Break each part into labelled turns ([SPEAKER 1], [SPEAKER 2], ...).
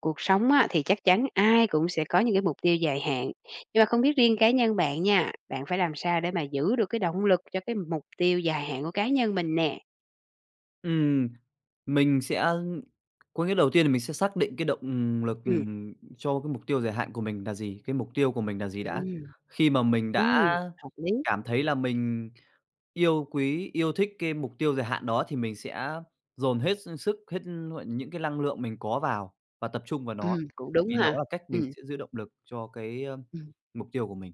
[SPEAKER 1] Cuộc sống á, thì chắc chắn ai cũng sẽ có những cái mục tiêu dài hạn, nhưng mà không biết riêng cá nhân bạn nha, bạn phải làm sao để mà giữ được cái động lực cho cái mục tiêu dài hạn của cá nhân mình nè?
[SPEAKER 2] Ừm, mình sẽ có nghĩa đầu tiên là mình sẽ xác định cái động lực,
[SPEAKER 1] Ừm,
[SPEAKER 2] cho cái mục tiêu dài hạn của mình là gì, cái mục tiêu của mình là gì đã.
[SPEAKER 1] ừm,
[SPEAKER 2] Khi mà mình đã
[SPEAKER 1] ừm, hợp lý.
[SPEAKER 2] cảm thấy là mình yêu quý, yêu thích cái mục tiêu dài hạn đó thì mình sẽ dồn hết sức, hết, gọi, là những cái năng lượng mình có vào và tập trung vào nó,
[SPEAKER 1] Cũng đúng
[SPEAKER 2] vì đó
[SPEAKER 1] ha.
[SPEAKER 2] là cách mình
[SPEAKER 1] Ừm,
[SPEAKER 2] sẽ giữ động lực cho cái
[SPEAKER 1] ừm.
[SPEAKER 2] mục tiêu của mình.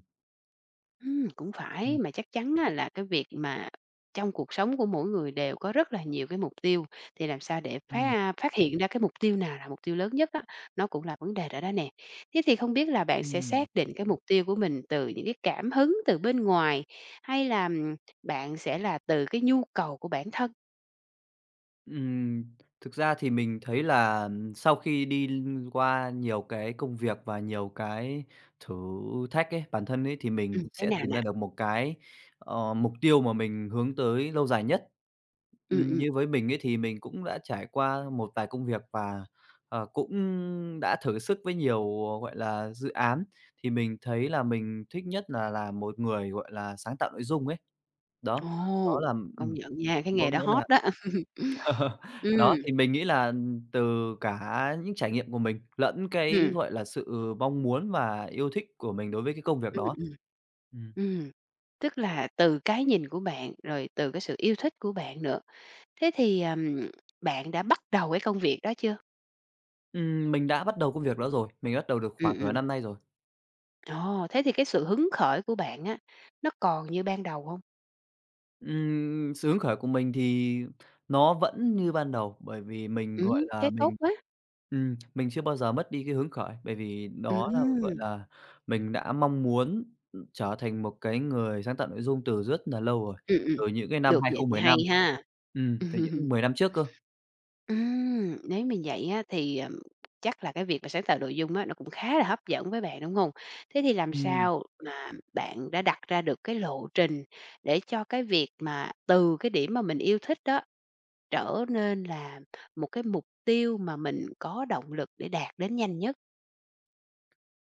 [SPEAKER 1] Cũng
[SPEAKER 2] Ừm,
[SPEAKER 1] phải, mà chắc chắn á là cái việc mà trong cuộc sống của mỗi người đều có rất là nhiều cái mục tiêu, thì làm sao để
[SPEAKER 2] ừm,
[SPEAKER 1] phát phát hiện ra cái mục tiêu nào là mục tiêu lớn nhất á, nó cũng là vấn đề rồi đó nè. Thế thì không biết là bạn sẽ
[SPEAKER 2] ừm.
[SPEAKER 1] xác định cái mục tiêu của mình từ những cái cảm hứng từ bên ngoài, hay là, bạn sẽ là từ cái nhu cầu của bản thân?
[SPEAKER 2] Ừm, thực ra thì mình thấy là sau khi đi qua nhiều cái công việc và nhiều cái thử thách ấy, bản thân ấy, thì mình
[SPEAKER 1] Thế
[SPEAKER 2] sẽ
[SPEAKER 1] nào
[SPEAKER 2] tìm
[SPEAKER 1] nè?
[SPEAKER 2] ra được một cái, mục tiêu mà mình hướng tới lâu dài nhất.
[SPEAKER 1] Ừm,
[SPEAKER 2] Như
[SPEAKER 1] ừm.
[SPEAKER 2] với mình ấy thì mình cũng đã trải qua một vài công việc và, cũng đã thử sức với nhiều, gọi là, dự án, thì mình thấy là mình thích nhất là một người, gọi là, sáng tạo nội dung ấy. Đó,
[SPEAKER 1] Ồ,
[SPEAKER 2] đó là
[SPEAKER 1] công nhận nha, cái
[SPEAKER 2] có
[SPEAKER 1] nghề đó
[SPEAKER 2] nghĩa là
[SPEAKER 1] hot đó.
[SPEAKER 2] Ờ,
[SPEAKER 1] Ừm,
[SPEAKER 2] đó, thì mình nghĩ là từ cả những trải nghiệm của mình lẫn cái,
[SPEAKER 1] ừm,
[SPEAKER 2] gọi là, sự mong muốn và yêu thích của mình đối với cái công việc
[SPEAKER 1] ừm,
[SPEAKER 2] đó.
[SPEAKER 1] ừm.
[SPEAKER 2] Ừm,
[SPEAKER 1] Ừm, tức là từ cái nhìn của bạn, rồi từ cái sự yêu thích của bạn nữa. Thế thì, bạn đã bắt đầu cái công việc đó chưa?
[SPEAKER 2] mình đã bắt đầu công việc đó rồi, mình bắt đầu được khoảng
[SPEAKER 1] Ừm,
[SPEAKER 2] nửa
[SPEAKER 1] ừm.
[SPEAKER 2] năm nay rồi.
[SPEAKER 1] Ồ, thế thì cái sự hứng khởi của bạn á, nó còn như ban đầu không?
[SPEAKER 2] Sự hứng khởi của mình thì nó vẫn như ban đầu, bởi vì mình, gọi là,
[SPEAKER 1] Thế tốt
[SPEAKER 2] mình
[SPEAKER 1] quá.
[SPEAKER 2] ừm, mình chưa bao giờ mất đi cái hứng khởi, bởi vì đó là, gọi
[SPEAKER 1] Ừm,
[SPEAKER 2] là, mình đã mong muốn, trở thành một cái người sáng tạo nội dung từ rất nà lâu rồi,
[SPEAKER 1] ừm, ừm.
[SPEAKER 2] từ những cái năm
[SPEAKER 1] Được vậy thì hay
[SPEAKER 2] 2015.
[SPEAKER 1] ha.
[SPEAKER 2] Từ những 10 năm trước cơ.
[SPEAKER 1] Nếu mình vậy á thì, chắc là cái việc mà sáng tạo nội dung á, nó cũng khá là hấp dẫn với bạn, đúng không? Thế thì làm
[SPEAKER 2] Ừm.
[SPEAKER 1] sao mà bạn đã đặt ra được cái lộ trình để cho cái việc mà từ cái điểm mà mình yêu thích đó, trở nên là một cái mục tiêu mà mình có động lực để đạt đến nhanh nhất?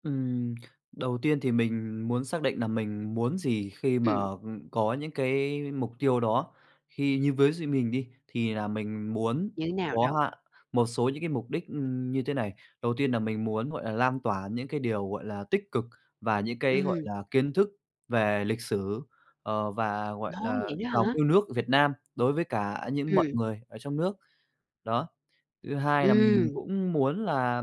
[SPEAKER 2] Ừm, đầu tiên thì mình muốn xác định là mình muốn gì khi mà
[SPEAKER 1] Ừm,
[SPEAKER 2] có những cái mục tiêu đó. Khi như với gi mình đi, thì là mình muốn
[SPEAKER 1] như thế nào
[SPEAKER 2] có
[SPEAKER 1] đâu?
[SPEAKER 2] hạ một số những cái mục đích, như thế này. Đầu tiên là mình muốn, gọi là, lan tỏa những cái điều, gọi là, tích cực và những cái, gọi
[SPEAKER 1] Ừm,
[SPEAKER 2] là, kiến thức về lịch sử, và, gọi
[SPEAKER 1] ô,
[SPEAKER 2] là,
[SPEAKER 1] vậy đó
[SPEAKER 2] lòng
[SPEAKER 1] hả?
[SPEAKER 2] yêu nước Việt Nam đối với cả những mọi
[SPEAKER 1] Ừm,
[SPEAKER 2] người ở trong nước, đó. Thứ hai là mình
[SPEAKER 1] ừm,
[SPEAKER 2] cũng muốn là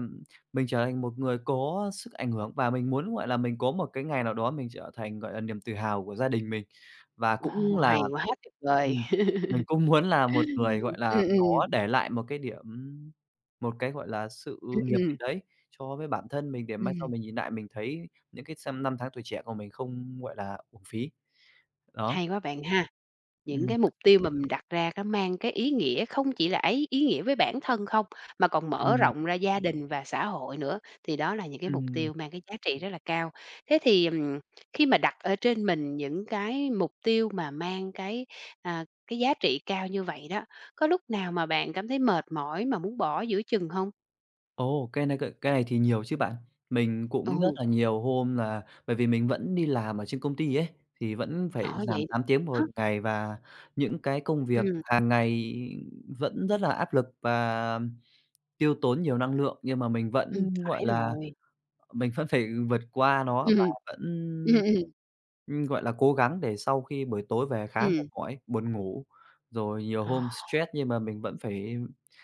[SPEAKER 2] mình trở thành một người có sức ảnh hưởng và mình muốn, gọi là, mình có một cái ngày nào đó mình trở thành, gọi là, niềm tự hào của gia đình mình. Và cũng
[SPEAKER 1] ồ,
[SPEAKER 2] là
[SPEAKER 1] hay quá tuyệt vời!
[SPEAKER 2] ừm, mình cũng muốn là một người, gọi là,
[SPEAKER 1] Ừm, ừm,
[SPEAKER 2] có để lại một cái điểm một cái, gọi là, sự
[SPEAKER 1] ừm,
[SPEAKER 2] nghiệp gì
[SPEAKER 1] ừm,
[SPEAKER 2] đấy cho với bản thân mình để mai sau mình nhìn lại mình thấy những cái xem năm tháng tuổi trẻ của mình không, gọi là, uổng phí. Đó,
[SPEAKER 1] hay quá bạn ha! Những
[SPEAKER 2] ừm,
[SPEAKER 1] cái mục tiêu mà mình đặt ra nó mang cái ý nghĩa không chỉ là ấy ý nghĩa với bản thân không, mà còn mở
[SPEAKER 2] ừm,
[SPEAKER 1] rộng ra gia đình và xã hội nữa, thì đó là những cái mục
[SPEAKER 2] ừm.
[SPEAKER 1] tiêu mang cái giá trị rất là cao. Thế thì, khi mà đặt ở trên mình những cái mục tiêu mà mang cái, à, cái giá trị cao như vậy đó, có lúc nào mà bạn cảm thấy mệt mỏi mà muốn bỏ giữa chừng không?
[SPEAKER 2] Ồ, cái này thì nhiều chứ bạn. Mình cũng rất
[SPEAKER 1] Ừ,
[SPEAKER 2] là nhiều hôm là bởi vì mình vẫn đi làm ở trên công ty ấy, thì vẫn phải
[SPEAKER 1] đó
[SPEAKER 2] làm
[SPEAKER 1] vậy
[SPEAKER 2] 8 tiếng một
[SPEAKER 1] đó,
[SPEAKER 2] ngày và những cái công việc
[SPEAKER 1] ừm,
[SPEAKER 2] hàng ngày vẫn rất là áp lực và tiêu tốn nhiều năng lượng, nhưng mà mình vẫn, gọi
[SPEAKER 1] phải
[SPEAKER 2] là,
[SPEAKER 1] rồi.
[SPEAKER 2] mình vẫn phải vượt qua nó và
[SPEAKER 1] Ừm,
[SPEAKER 2] vẫn
[SPEAKER 1] ừm, ừm,
[SPEAKER 2] Gọi là, cố gắng để sau khi buổi tối về khá mệt
[SPEAKER 1] ừm,
[SPEAKER 2] mỏi, buồn ngủ, rồi nhiều
[SPEAKER 1] ờ,
[SPEAKER 2] hôm stress nhưng mà mình vẫn phải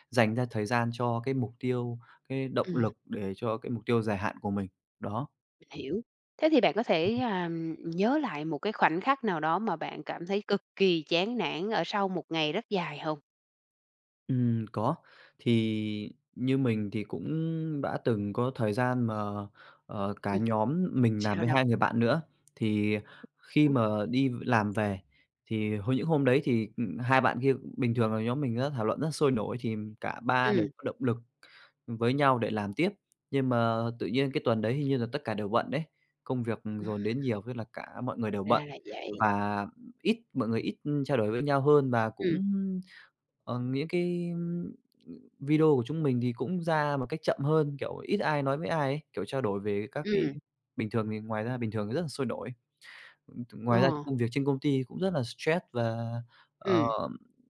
[SPEAKER 2] dành ra thời gian cho cái mục tiêu, cái động
[SPEAKER 1] ừm.
[SPEAKER 2] lực để cho cái mục tiêu dài hạn của mình, đó.
[SPEAKER 1] Hiểu. Thế thì bạn có thể, à, nhớ lại một cái khoảnh khắc nào đó mà bạn cảm thấy cực kỳ chán nản ở sau một ngày rất dài không?
[SPEAKER 2] Có. Thì như mình thì cũng đã từng có thời gian mà, cả
[SPEAKER 1] Ừm,
[SPEAKER 2] nhóm mình làm
[SPEAKER 1] sao
[SPEAKER 2] với
[SPEAKER 1] đâu?
[SPEAKER 2] 2 người bạn nữa, thì khi
[SPEAKER 1] Đó,
[SPEAKER 2] mà đi làm về thì hồi những hôm đấy thì, 2 bạn kia bình thường là nhóm mình á thảo luận rất sôi nổi thì cả 3 đều có động lực với nhau để làm tiếp. Nhưng mà tự nhiên cái tuần đấy hình như là tất cả đều bận đấy, công việc dồn đến nhiều thế là cả mọi người đều bận
[SPEAKER 1] ra là vậy.
[SPEAKER 2] và ít mọi người ít trao đổi với nhau hơn và
[SPEAKER 1] Ừ.
[SPEAKER 2] cũng những cái, video của chúng mình thì cũng ra một cách chậm hơn, kiểu, ít ai nói với ai ấy, kiểu, trao đổi về các cái
[SPEAKER 1] ừm,
[SPEAKER 2] bình thường thì ngoài ra bình thường thì rất là sôi nổi.
[SPEAKER 1] ờ,
[SPEAKER 2] Ngoài ra thì công việc trên công ty cũng rất là stress và, ờ,
[SPEAKER 1] ừm,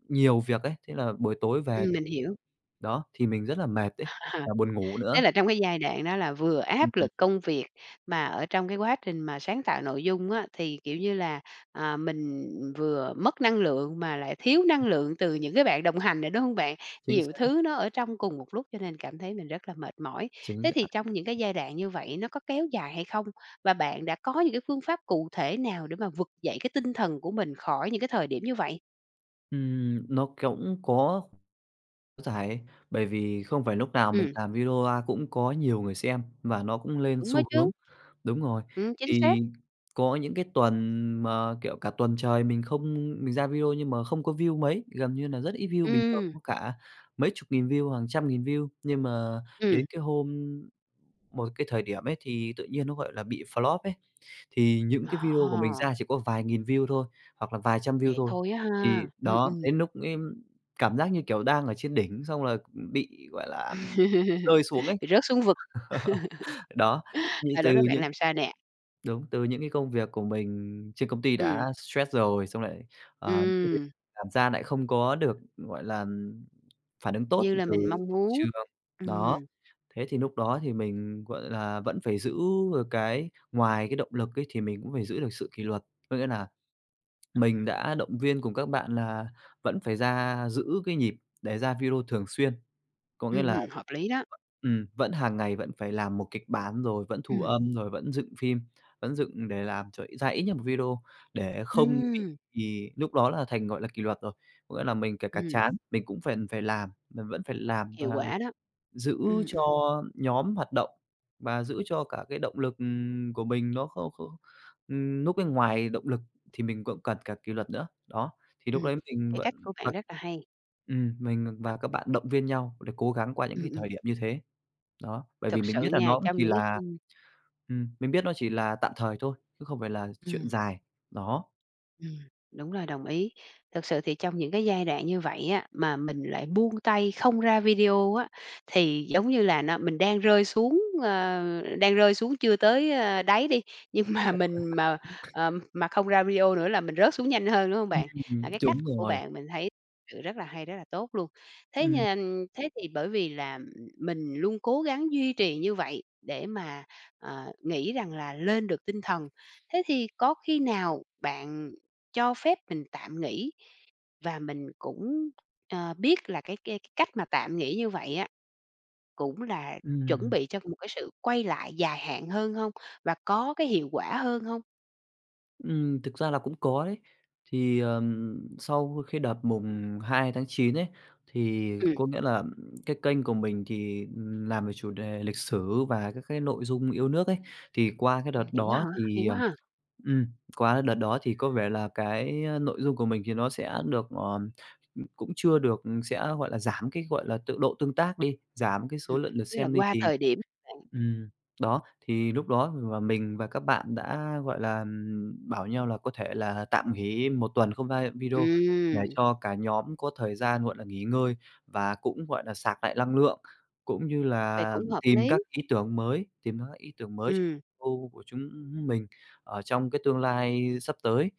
[SPEAKER 2] nhiều việc ấy, thế là buổi tối về
[SPEAKER 1] mình hiểu.
[SPEAKER 2] đó, thì mình rất là mệt ấy, và buồn ngủ
[SPEAKER 1] Tức
[SPEAKER 2] nữa.
[SPEAKER 1] là trong cái giai đoạn đó là vừa áp
[SPEAKER 2] Ừm,
[SPEAKER 1] lực công việc, mà ở trong cái quá trình mà sáng tạo nội dung á, thì, kiểu như là, à, mình vừa mất năng lượng mà lại thiếu năng lượng từ những cái bạn đồng hành nữa, đúng không bạn?
[SPEAKER 2] chính
[SPEAKER 1] Nhiều
[SPEAKER 2] xác,
[SPEAKER 1] thứ nó ở trong cùng một lúc cho nên cảm thấy mình rất là mệt mỏi.
[SPEAKER 2] chính
[SPEAKER 1] Thế thì
[SPEAKER 2] xác.
[SPEAKER 1] trong những cái giai đoạn như vậy nó có kéo dài hay không? Và bạn đã có những cái phương pháp cụ thể nào để mà vực dậy cái tinh thần của mình khỏi những cái thời điểm như vậy?
[SPEAKER 2] Nó cũng có giải bởi vì không phải lúc nào mình
[SPEAKER 1] Ừm,
[SPEAKER 2] làm video ra cũng có nhiều người xem và nó cũng lên
[SPEAKER 1] đúng đó
[SPEAKER 2] xu hướng.
[SPEAKER 1] chứ.
[SPEAKER 2] Đúng rồi,
[SPEAKER 1] Chính xác.
[SPEAKER 2] thì có những cái tuần mà, kiểu, cả tuần trời mình không mình ra video nhưng mà không có view mấy, gần như là rất ít view, bình thường
[SPEAKER 1] Ừm,
[SPEAKER 2] có cả mấy chục nghìn view, hàng trăm nghìn view. Nhưng mà đến
[SPEAKER 1] ừm.
[SPEAKER 2] cái hôm một cái thời điểm ấy thì tự nhiên nó, gọi là, bị flop ấy, thì những cái video của
[SPEAKER 1] Ờ.
[SPEAKER 2] mình ra chỉ có vài nghìn view thôi, hoặc là vài trăm view
[SPEAKER 1] Vậy
[SPEAKER 2] thôi.
[SPEAKER 1] thôi á
[SPEAKER 2] Thì
[SPEAKER 1] ha.
[SPEAKER 2] đó, đến lúc ấy cảm giác như, kiểu, đang ở trên đỉnh xong là bị, gọi là, rơi xuống ấy.
[SPEAKER 1] Bị rớt xuống vực.
[SPEAKER 2] Đó, như
[SPEAKER 1] À,
[SPEAKER 2] từ
[SPEAKER 1] lúc đó bạn
[SPEAKER 2] những
[SPEAKER 1] làm sao nè?
[SPEAKER 2] Đúng, từ những cái công việc của mình trên công ty
[SPEAKER 1] Ừm,
[SPEAKER 2] đã stress rồi, xong lại, những cái việc
[SPEAKER 1] ừm,
[SPEAKER 2] làm ra lại không có được, gọi là, phản ứng tốt
[SPEAKER 1] như là
[SPEAKER 2] từ
[SPEAKER 1] mình mong
[SPEAKER 2] thị
[SPEAKER 1] muốn.
[SPEAKER 2] trường. Đó,
[SPEAKER 1] Ừm,
[SPEAKER 2] thế thì lúc đó thì mình, gọi là, vẫn phải giữ được cái ngoài cái động lực ấy thì mình cũng phải giữ được sự kỷ luật. Có nghĩa là mình đã động viên cùng các bạn là vẫn phải ra giữ cái nhịp để ra video thường xuyên. Có nghĩa là
[SPEAKER 1] hợp lý đó.
[SPEAKER 2] vẫn hàng ngày vẫn phải làm một kịch bản, rồi vẫn thu
[SPEAKER 1] Ừm,
[SPEAKER 2] âm, rồi vẫn dựng phim, vẫn dựng để làm cho ra ít nhất một video để không bị
[SPEAKER 1] ừm,
[SPEAKER 2] thì lúc đó là thành, gọi là, kỷ luật rồi. Có nghĩa là mình kể cả
[SPEAKER 1] ừm,
[SPEAKER 2] chán, mình cũng phải phải làm, mình vẫn phải làm
[SPEAKER 1] hiệu
[SPEAKER 2] và
[SPEAKER 1] quả đó.
[SPEAKER 2] giữ
[SPEAKER 1] Ừm,
[SPEAKER 2] cho
[SPEAKER 1] ừm,
[SPEAKER 2] nhóm hoạt động và giữ cho cả cái động lực, của mình nó không không núp bên ngoài động lực thì mình cũng cần cả kỷ luật nữa. Đó, thì lúc
[SPEAKER 1] ừm,
[SPEAKER 2] đấy mình
[SPEAKER 1] cái cách
[SPEAKER 2] vẫn
[SPEAKER 1] của
[SPEAKER 2] và
[SPEAKER 1] bạn rất là hay.
[SPEAKER 2] mình
[SPEAKER 1] Ờ,
[SPEAKER 2] và các bạn động viên nhau để cố gắng qua những
[SPEAKER 1] ừm,
[SPEAKER 2] cái thời
[SPEAKER 1] ừm,
[SPEAKER 2] điểm như thế. Đó, bởi vì
[SPEAKER 1] thực
[SPEAKER 2] mình
[SPEAKER 1] sự
[SPEAKER 2] biết là
[SPEAKER 1] nha,
[SPEAKER 2] nó cũng
[SPEAKER 1] trong
[SPEAKER 2] chỉ
[SPEAKER 1] những cái
[SPEAKER 2] là mình biết nó chỉ là tạm thời thôi, chứ không phải là chuyện
[SPEAKER 1] ừm.
[SPEAKER 2] dài. Đó.
[SPEAKER 1] Ừm, đúng rồi, đồng ý. Thực sự thì trong những cái giai đoạn như vậy á, mà mình lại buông tay không ra video á, thì giống như là nó mình đang rơi xuống chưa tới, đáy đi, nhưng mà mình mà không ra video nữa là mình rớt xuống nhanh hơn, đúng không bạn? À, cái cách
[SPEAKER 2] Đúng
[SPEAKER 1] của
[SPEAKER 2] rồi.
[SPEAKER 1] bạn mình thấy sự rất là hay, rất là tốt luôn. Thế
[SPEAKER 2] Ừm,
[SPEAKER 1] nên thế thì bởi vì là mình luôn cố gắng duy trì như vậy để mà, nghĩ rằng là lên được tinh thần. Thế thì có khi nào bạn cho phép mình tạm nghỉ và mình cũng, biết là cái cách mà tạm nghỉ như vậy á, cũng là chuẩn
[SPEAKER 2] ừm.
[SPEAKER 1] bị cho một cái sự quay lại dài hạn hơn không? Và có cái hiệu quả hơn không?
[SPEAKER 2] Thực ra là cũng có đấy. Thì, sau khi đợt mùng 2 tháng 9 ấy, thì
[SPEAKER 1] Ừm,
[SPEAKER 2] có nghĩa là cái kênh của mình thì, làm về chủ đề lịch sử và các cái nội dung yêu nước ấy. Thì qua cái
[SPEAKER 1] Ừm.
[SPEAKER 2] đợt
[SPEAKER 1] Vậy á
[SPEAKER 2] đó
[SPEAKER 1] hả? Hay
[SPEAKER 2] thì,
[SPEAKER 1] quá ha!
[SPEAKER 2] ừm, qua đợt đó thì có vẻ là cái, nội dung của mình thì nó sẽ được, cũng chưa được sẽ, gọi là, giảm cái, gọi là, tự độ tương tác đi, giảm cái số lượng lượt
[SPEAKER 1] Tức là
[SPEAKER 2] xem đi
[SPEAKER 1] qua
[SPEAKER 2] thì
[SPEAKER 1] thời điểm
[SPEAKER 2] Ừm, đó, thì lúc đó và mình và các bạn đã, gọi là, bảo nhau là có thể là tạm nghỉ một tuần không ra video để
[SPEAKER 1] ừm,
[SPEAKER 2] cho cả nhóm có thời gian, gọi là, nghỉ ngơi và cũng, gọi là, sạc lại năng lượng, cũng như
[SPEAKER 1] vậy
[SPEAKER 2] là
[SPEAKER 1] cũng hợp
[SPEAKER 2] tìm
[SPEAKER 1] lý.
[SPEAKER 2] các ý tưởng mới, tìm các ý tưởng mới
[SPEAKER 1] Ừm.
[SPEAKER 2] ô của chúng mình ở trong cái tương lai sắp tới.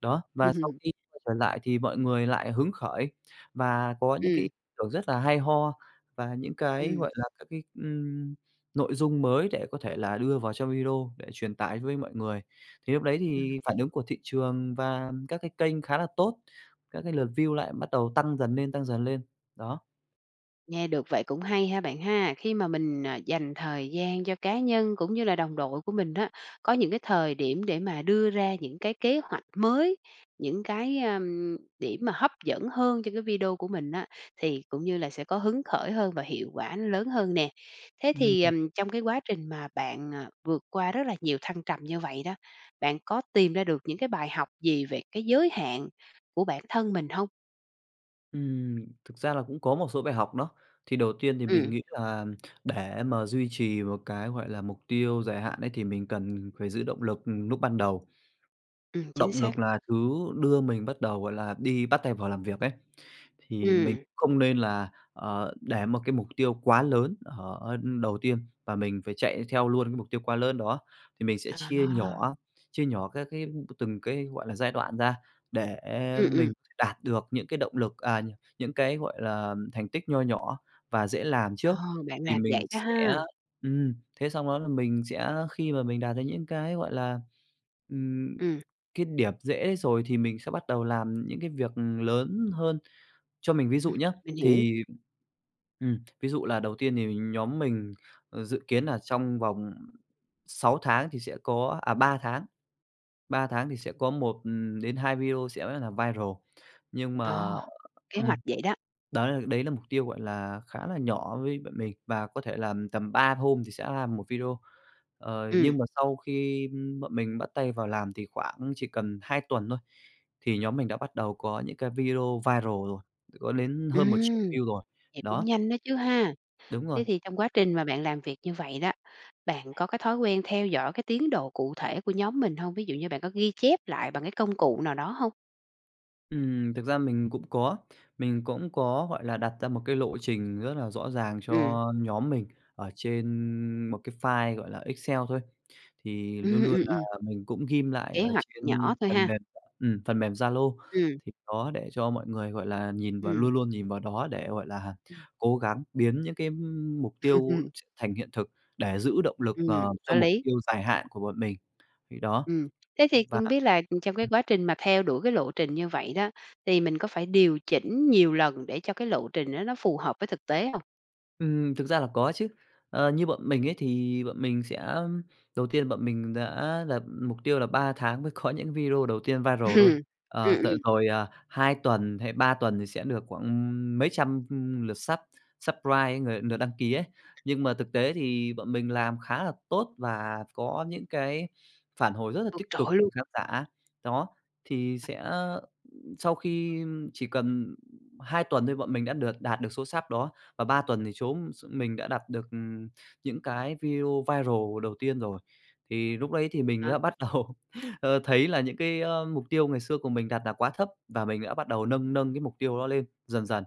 [SPEAKER 2] Đó, và sau khi quay trở lại thì mọi người lại hứng khởi và có những cái ý
[SPEAKER 1] Ừm,
[SPEAKER 2] tưởng rất là hay ho và những cái,
[SPEAKER 1] ừm,
[SPEAKER 2] gọi là, các cái, nội dung mới để có thể là đưa vào trong video để truyền tải với mọi người. Thì lúc đấy
[SPEAKER 1] ừm.
[SPEAKER 2] thì phản ứng của thị trường và các cái kênh khá là tốt, các cái lượt view lại bắt đầu tăng dần lên, tăng dần lên. Đó.
[SPEAKER 1] Nghe được vậy cũng hay ha bạn ha. Khi mà mình, à, dành thời gian cho cá nhân cũng như là đồng đội của mình á, có những cái thời điểm để mà đưa ra những cái kế hoạch mới, những cái, điểm mà hấp dẫn hơn cho cái video của mình á, thì cũng như là sẽ có hứng khởi hơn và hiệu quả nó lớn hơn nè. Thế
[SPEAKER 2] Ừm,
[SPEAKER 1] thì, trong cái quá trình mà bạn, à, vượt qua rất là nhiều thăng trầm như vậy đó, bạn có tìm ra được những cái bài học gì về cái giới hạn của bản thân mình không?
[SPEAKER 2] ừm, thực ra là cũng có một số bài học đó. Thì đầu tiên thì mình
[SPEAKER 1] Ừm,
[SPEAKER 2] nghĩ là để mà duy trì một cái, gọi là, mục tiêu dài hạn ấy thì mình cần phải giữ động lực, lúc ban đầu.
[SPEAKER 1] chính
[SPEAKER 2] Động
[SPEAKER 1] xác.
[SPEAKER 2] lực là thứ đưa mình bắt đầu, gọi là, đi bắt tay vào làm việc ấy, thì mình
[SPEAKER 1] Ừm,
[SPEAKER 2] không nên là, để một cái mục tiêu quá lớn ở đầu tiên và mình phải chạy theo luôn cái mục tiêu quá lớn đó. Thì mình sẽ
[SPEAKER 1] à.
[SPEAKER 2] chia nhỏ các cái từng cái, gọi là, giai đoạn ra để
[SPEAKER 1] Ừm,
[SPEAKER 2] mình
[SPEAKER 1] ừm.
[SPEAKER 2] đạt được những cái động lực, à, nh những cái, gọi là, thành tích nho nhỏ và dễ làm trước.
[SPEAKER 1] Ờ, bạn
[SPEAKER 2] Thì
[SPEAKER 1] làm
[SPEAKER 2] mình
[SPEAKER 1] vậy đó
[SPEAKER 2] sẽ
[SPEAKER 1] ha.
[SPEAKER 2] ừm, thế xong đó là mình sẽ khi mà mình đạt đến những cái, gọi là, ừm
[SPEAKER 1] Ừm,
[SPEAKER 2] cái điểm dễ đấy rồi thì mình sẽ bắt đầu làm những cái việc lớn hơn. Cho mình ví dụ
[SPEAKER 1] ừm,
[SPEAKER 2] nhé,
[SPEAKER 1] mình hiểu.
[SPEAKER 2] thì ví dụ là đầu tiên thì nhóm mình, dự kiến là trong vòng 6 tháng thì sẽ có 3 tháng thì sẽ có một, đến 2 video sẽ là viral. Nhưng
[SPEAKER 1] Ờ,
[SPEAKER 2] mà
[SPEAKER 1] kế
[SPEAKER 2] ừm.
[SPEAKER 1] hoạch vậy đó.
[SPEAKER 2] Đó là, đấy là mục tiêu, gọi là, khá là nhỏ với bọn mình, và có thể là tầm 3 hôm thì sẽ làm một video.
[SPEAKER 1] Ừm,
[SPEAKER 2] Nhưng mà sau khi bọn mình bắt tay vào làm thì khoảng chỉ cần 2 tuần thôi, thì nhóm mình đã bắt đầu có những cái video viral rồi, có đến hơn 1 triệu
[SPEAKER 1] ừm,
[SPEAKER 2] view rồi.
[SPEAKER 1] vậy cũng
[SPEAKER 2] Đó,
[SPEAKER 1] nhanh đó chứ ha.
[SPEAKER 2] đúng rồi.
[SPEAKER 1] Thế thì trong quá trình mà bạn làm việc như vậy đó, bạn có cái thói quen theo dõi cái tiến độ cụ thể của nhóm mình hông? Ví dụ như bạn có ghi chép lại bằng cái công cụ nào đó hông?
[SPEAKER 2] Thực ra mình cũng có, gọi là, đặt ra một cái lộ trình rất là rõ ràng
[SPEAKER 1] Ừm,
[SPEAKER 2] cho nhóm mình ở trên một cái file, gọi là, Excel thôi. Thì luôn
[SPEAKER 1] ừm,
[SPEAKER 2] luôn
[SPEAKER 1] ừm,
[SPEAKER 2] là
[SPEAKER 1] ừm,
[SPEAKER 2] mình cũng ghim lại
[SPEAKER 1] kế
[SPEAKER 2] ở
[SPEAKER 1] hoạch
[SPEAKER 2] trên
[SPEAKER 1] nhỏ thôi
[SPEAKER 2] phần
[SPEAKER 1] ha.
[SPEAKER 2] mềm, phần mềm Zalo,
[SPEAKER 1] Ừm,
[SPEAKER 2] thì đó để cho mọi người, gọi là, nhìn vào,
[SPEAKER 1] ừm,
[SPEAKER 2] luôn luôn nhìn vào đó để, gọi là,
[SPEAKER 1] ừm.
[SPEAKER 2] cố gắng biến những cái mục tiêu thành hiện thực, để giữ động lực, cho
[SPEAKER 1] Có
[SPEAKER 2] mục
[SPEAKER 1] lý.
[SPEAKER 2] tiêu dài hạn của bọn mình. Thì đó,
[SPEAKER 1] Ừm, thế thì
[SPEAKER 2] và
[SPEAKER 1] không biết là trong cái quá trình mà theo đuổi cái lộ trình như vậy đó, thì mình có phải điều chỉnh nhiều lần để cho cái lộ trình đó nó phù hợp với thực tế hông?
[SPEAKER 2] ừm, thực ra là có chứ. Như bọn mình ấy thì bọn mình sẽ, đầu tiên bọn mình đã đặt mục tiêu là 3 tháng mới có những video đầu tiên viral
[SPEAKER 1] Ừm,
[SPEAKER 2] thôi.
[SPEAKER 1] ừm, ừm,
[SPEAKER 2] 2 tuần hay 3 tuần thì sẽ được khoảng mấy trăm lượt sub, subscribe, lượt đăng ký ấy. Nhưng mà thực tế thì bọn mình làm khá là tốt và có những cái phản hồi rất là
[SPEAKER 1] vượt
[SPEAKER 2] tích cực
[SPEAKER 1] trội
[SPEAKER 2] từ
[SPEAKER 1] luôn
[SPEAKER 2] khán giả. Đó, thì sẽ, sau khi chỉ cần 2 tuần thôi, bọn mình đã được, đạt được số sub đó. Và 3 tuần thì chốn mình đã đạt được, những cái video viral đầu tiên rồi. Thì lúc đấy thì mình
[SPEAKER 1] hả?
[SPEAKER 2] đã bắt đầu thấy là những cái, mục tiêu ngày xưa của mình đặt là quá thấp, và mình đã bắt đầu nâng nâng cái mục tiêu đó lên dần dần.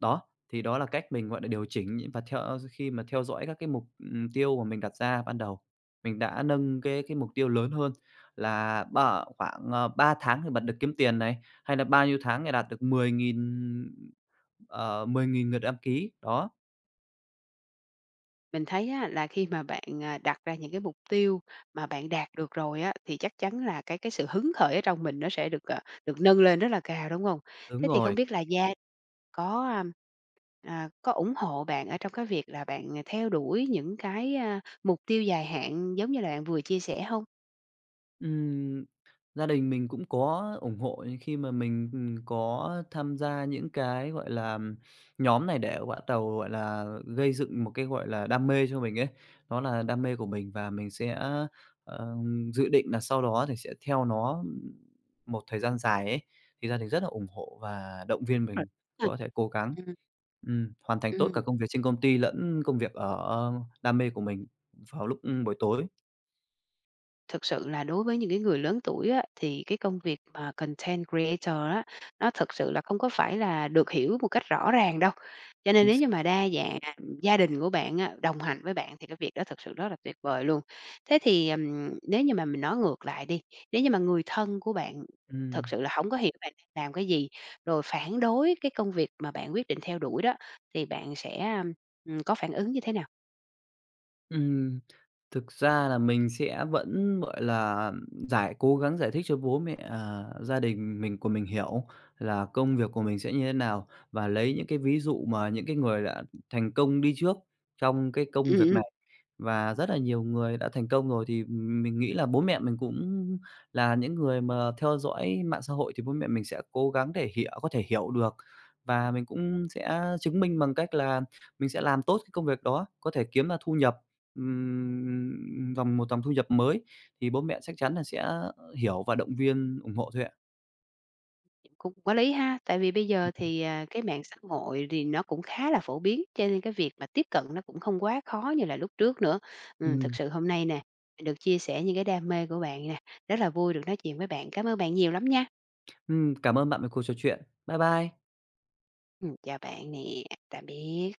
[SPEAKER 2] Đó, thì đó là cách mình, gọi là, điều chỉnh và khi mà theo dõi các cái mục tiêu mà mình đặt ra ban đầu. Mình đã nâng cái mục tiêu lớn hơn là khoảng 3 tháng thì bật được kiếm tiền này, hay là bao nhiêu tháng thì đạt được 10.000 lượt đăng ký, đó.
[SPEAKER 1] Mình thấy á là khi mà bạn, à, đặt ra những cái mục tiêu mà bạn đạt được rồi á, thì chắc chắn là cái sự hứng khởi ở trong mình nó sẽ được nâng lên rất là cao, đúng hông?
[SPEAKER 2] Đúng
[SPEAKER 1] Thế thì không
[SPEAKER 2] rồi.
[SPEAKER 1] biết là gia có, a, có ủng hộ bạn ở trong cái việc là bạn, à, theo đuổi những cái, mục tiêu dài hạn giống như là bạn vừa chia sẻ hông?
[SPEAKER 2] Ừm, gia đình mình cũng có ủng hộ khi mà mình, có tham gia những cái, gọi là, nhóm này để bắt tàu, gọi là, gây dựng một cái, gọi là, đam mê cho mình ấy. Đó là đam mê của mình, và mình sẽ, ờ, dự định là sau đó thì sẽ theo nó một thời gian dài ấy, thì gia đình rất là ủng hộ và động viên
[SPEAKER 1] Rồi,
[SPEAKER 2] mình
[SPEAKER 1] ha.
[SPEAKER 2] có thể cố gắng,
[SPEAKER 1] Ừm,
[SPEAKER 2] hoàn thành tốt cả
[SPEAKER 1] ừm.
[SPEAKER 2] công việc trên công ty lẫn công việc ở, đam mê của mình vào lúc, buổi tối.
[SPEAKER 1] Thực sự là đối với những cái người lớn tuổi á, thì cái công việc mà content creator á, nó thực sự là không có phải là được hiểu một cách rõ ràng đâu. Cho nên
[SPEAKER 2] Chính
[SPEAKER 1] nếu như
[SPEAKER 2] xác.
[SPEAKER 1] mà đa dạng gia đình của bạn á, đồng hành với bạn thì cái việc đó thực sự rất là tuyệt vời luôn. Thế thì, nếu như mà mình nói ngược lại đi, nếu như mà người thân của bạn thực
[SPEAKER 2] Ừm.
[SPEAKER 1] sự là không có hiểu bạn đang làm cái gì, rồi phản đối cái công việc mà bạn quyết định theo đuổi đó, thì bạn sẽ, có phản ứng như thế nào?
[SPEAKER 2] Ừm, Thực ra là mình sẽ vẫn, gọi là, cố gắng giải thích cho bố mẹ, gia đình mình của mình hiểu là công việc của mình sẽ như thế nào, và lấy những cái ví dụ mà những cái người đã thành công đi trước trong cái công việc này. Và rất là nhiều người đã thành công rồi, thì mình nghĩ là bố mẹ mình cũng là những người mà theo dõi mạng xã hội, thì bố mẹ mình sẽ cố gắng để hiểu, có thể hiểu được. Và mình cũng sẽ chứng minh bằng cách là mình sẽ làm tốt cái công việc đó, có thể kiếm ra thu nhập. Một dòng thu nhập mới, thì bố mẹ chắc chắn là sẽ hiểu và động viên, ủng hộ thôi ạ.
[SPEAKER 1] Cũng có lý ha, tại vì bây giờ thì, à, cái mạng xã hội thì nó cũng khá là phổ biến, cho nên cái việc mà tiếp cận nó cũng không quá khó như là lúc trước nữa. Thực
[SPEAKER 2] Ừm,
[SPEAKER 1] sự hôm nay nè, được chia sẻ những cái đam mê của bạn nè, rất là vui được nói chuyện với bạn. Cảm ơn bạn nhiều lắm nha.
[SPEAKER 2] cảm ơn bạn về cuộc trò chuyện. Bye bye.
[SPEAKER 1] Chào bạn nè, tạm biệt.